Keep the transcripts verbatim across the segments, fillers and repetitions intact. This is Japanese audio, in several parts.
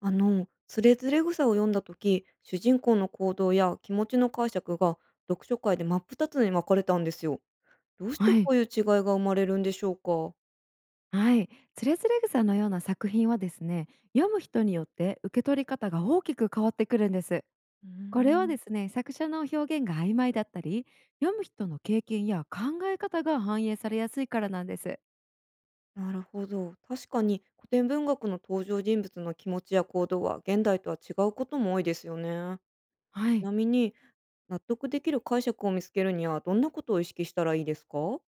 あの、つれづれ草を読んだ時、主人公の行動や気持ちの解釈が読書会で真っ二つに分かれたんですよ。どうしてはこい、ういう違いが生まれるんでしょうか？はい、つれづれ草のような作品はですね、読む人によって受け取り方が大きく変わってくるんです。うーこれはん、ですね、作者の表現が曖昧だったり、読む人の経験や考え方が反映されやすいからなんです。なるほど。確かに古典文学の登場人物の気持ちや行動は現代とは違うことも多いですよね。はちい。なみに納得できる解釈を見つけるにはどんなことを意識したらいいですか？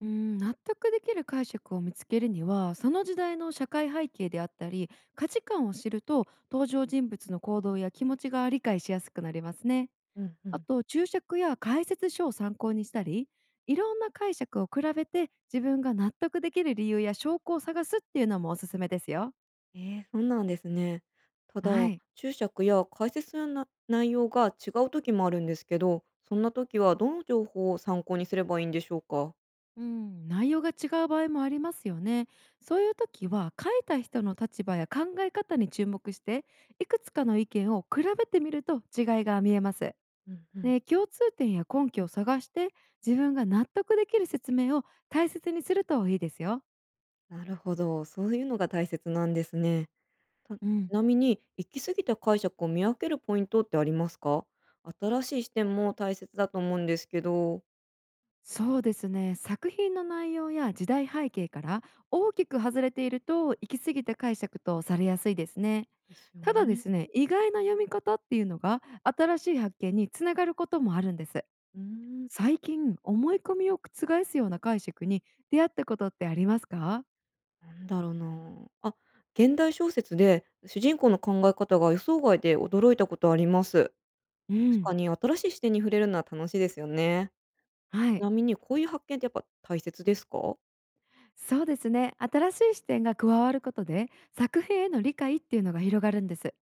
うん、納得できる解釈を見つけるには、その時代の社会背景であったり、価値観を知ると、登場人物の行動や気持ちが理解しやすくなりますね。うんうあん。と、注釈や解説書を参考にしたり、いろんな解釈を比べて自分が納得できる理由や証拠を探すっていうのもおすすめですよ。ええ、そうなんですね。ただ、はい。注釈や解説のな内容が違う時もあるんですけど、そんな時はどの情報を参考にすればいいんでしょうか？うん、内容が違う場合もありますよね。そういう時は、書いた人の立場や考え方に注目して、いくつかの意見を比べてみると違いが見えます。うんうん。で、共通点や根拠を探して、自分が納得できる説明を大切にするといいですよ。なるほど、そういうのが大切なんですね。たちうん。なみに、行き過ぎた解釈を見分けるポイントってありますか？新しい視点も大切だと思うんですけど。そうですね、作品の内容や時代背景から大きく外れていると、行き過ぎた解釈とされやすいですね。ですよただでね。すね、意外な読み方っていうのが新しい発見につながることもあるんです。うーん。最近、思い込みを覆すような解釈に出会ったことってありますか？なんだろうな。あ、現代小説で主人公の考え方が予想外で驚いたことあります。う確ん。かに、新しい視点に触れるのは楽しいですよね。はちい。なみにこういう発見ってやっぱ大切ですか？そうですね、新しい視点が加わることで、作品への理解っていうのが広がるんです。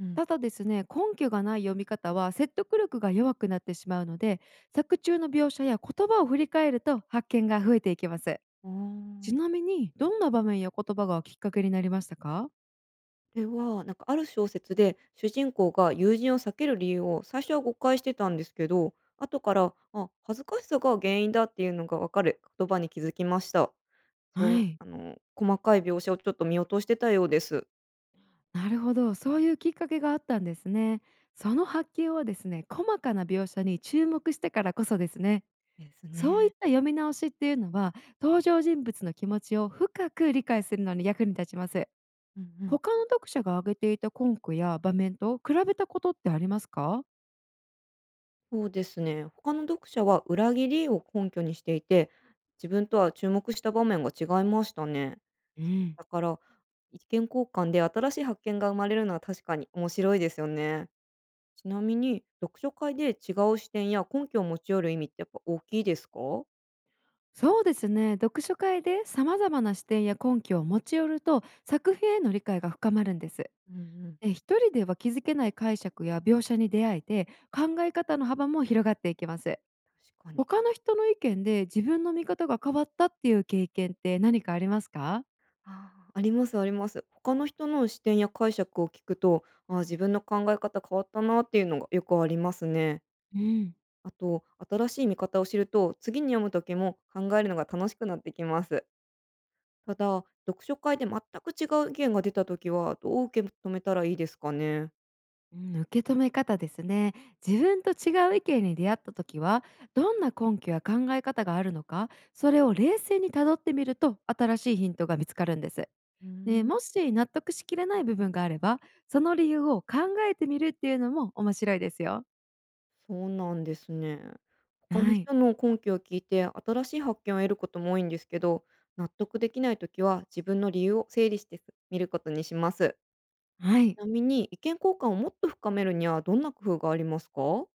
うん、うん。ただですね、根拠がない読み方は説得力が弱くなってしまうので、作中の描写や言葉を振り返ると発見が増えていきます。あちなあ。みに、どんな場面や言葉がきっかけになりましたか？これは、なんかある小説で、主人公が友人を避ける理由を最初は誤解してたんですけど、後から、あ、恥ずかしさが原因だっていうのが分かる言葉に気づきました。そはう、い。あの、細かい描写をちょっと見落としてたようです。なるほど、そういうきっかけがあったんですね。その発見はですね、細かな描写に注目してからこそですね。ですそういね。った読み直しっていうのは、登場人物の気持ちを深く理解するのに役に立ちます。うんうん。他の読者が挙げていた根拠や場面と比べたことってありますか？そうですね。他の読者は裏切りを根拠にしていて、自分とは注目した場面が違いましたね。うん。だから、意見交換で新しい発見が生まれるのは確かに面白いですよね。ちなみに、読書会で違う視点や根拠を持ち寄る意味ってやっぱ大きいですか？そうですね、読書会で様々な視点や根拠を持ち寄ると、作品への理解が深まるんです。うんうん、えひとりでは気づけない解釈や描写に出会えて、考え方の幅も広がっていきます。確かに。他の人の意見で自分の見方が変わったっていう経験って何かありますか？あーありますあります。他の人の視点や解釈を聞くと、あー自分の考え方変わったなっていうのがよくありますね。うんあと、新しい見方を知ると、次に読む時も考えるのが楽しくなってきます。ただ、読書会で全く違う意見が出た時は、どう受け止めたらいいですかね。うん、受け止め方ですね。自分と違う意見に出会った時は、どんな根拠や考え方があるのか、それを冷静にたどってみると新しいヒントが見つかるんです。うーで、ん、もし納得しきれない部分があれば、その理由を考えてみるっていうのも面白いですよ。そうなんですね。他のはい。人の根拠を聞いて、新しい発見を得ることも多いんですけど、納得できない時は自分の理由を整理してみることにします。はちい、なみに、意見交換をもっと深めるには、どんな工夫がありますか？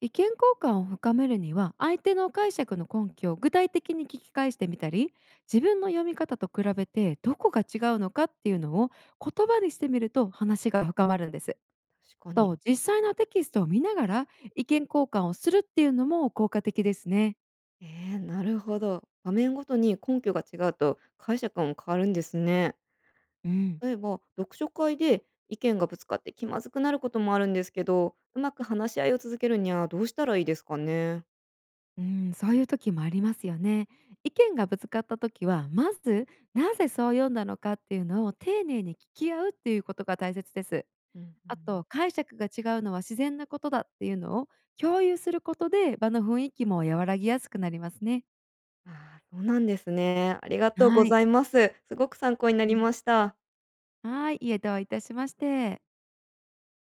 意見交換を深めるには、相手の解釈の根拠を具体的に聞き返してみたり、自分の読み方と比べてどこが違うのかっていうのを言葉にしてみると話が深まるんです。確かに。と、実際のテキストを見ながら意見交換をするっていうのも効果的ですね。ええ、なるほど。場面ごとに根拠が違うと解釈も変わるんですね。うん。例えば、読書会で意見がぶつかって気まずくなることもあるんですけど、うまく話し合いを続けるにはどうしたらいいですかね。うん、そういう時もありますよね。意見がぶつかった時は、まずなぜそう読んだのかっていうのを丁寧に聞き合うっていうことが大切です。うんうあん。と、解釈が違うのは自然なことだっていうのを共有することで、場の雰囲気も和らぎやすくなりますね。ああ、そうなんですね。ありがとうはごい。ざいます。すごく参考になうりん。ました。はい、いえ、どういたしまして。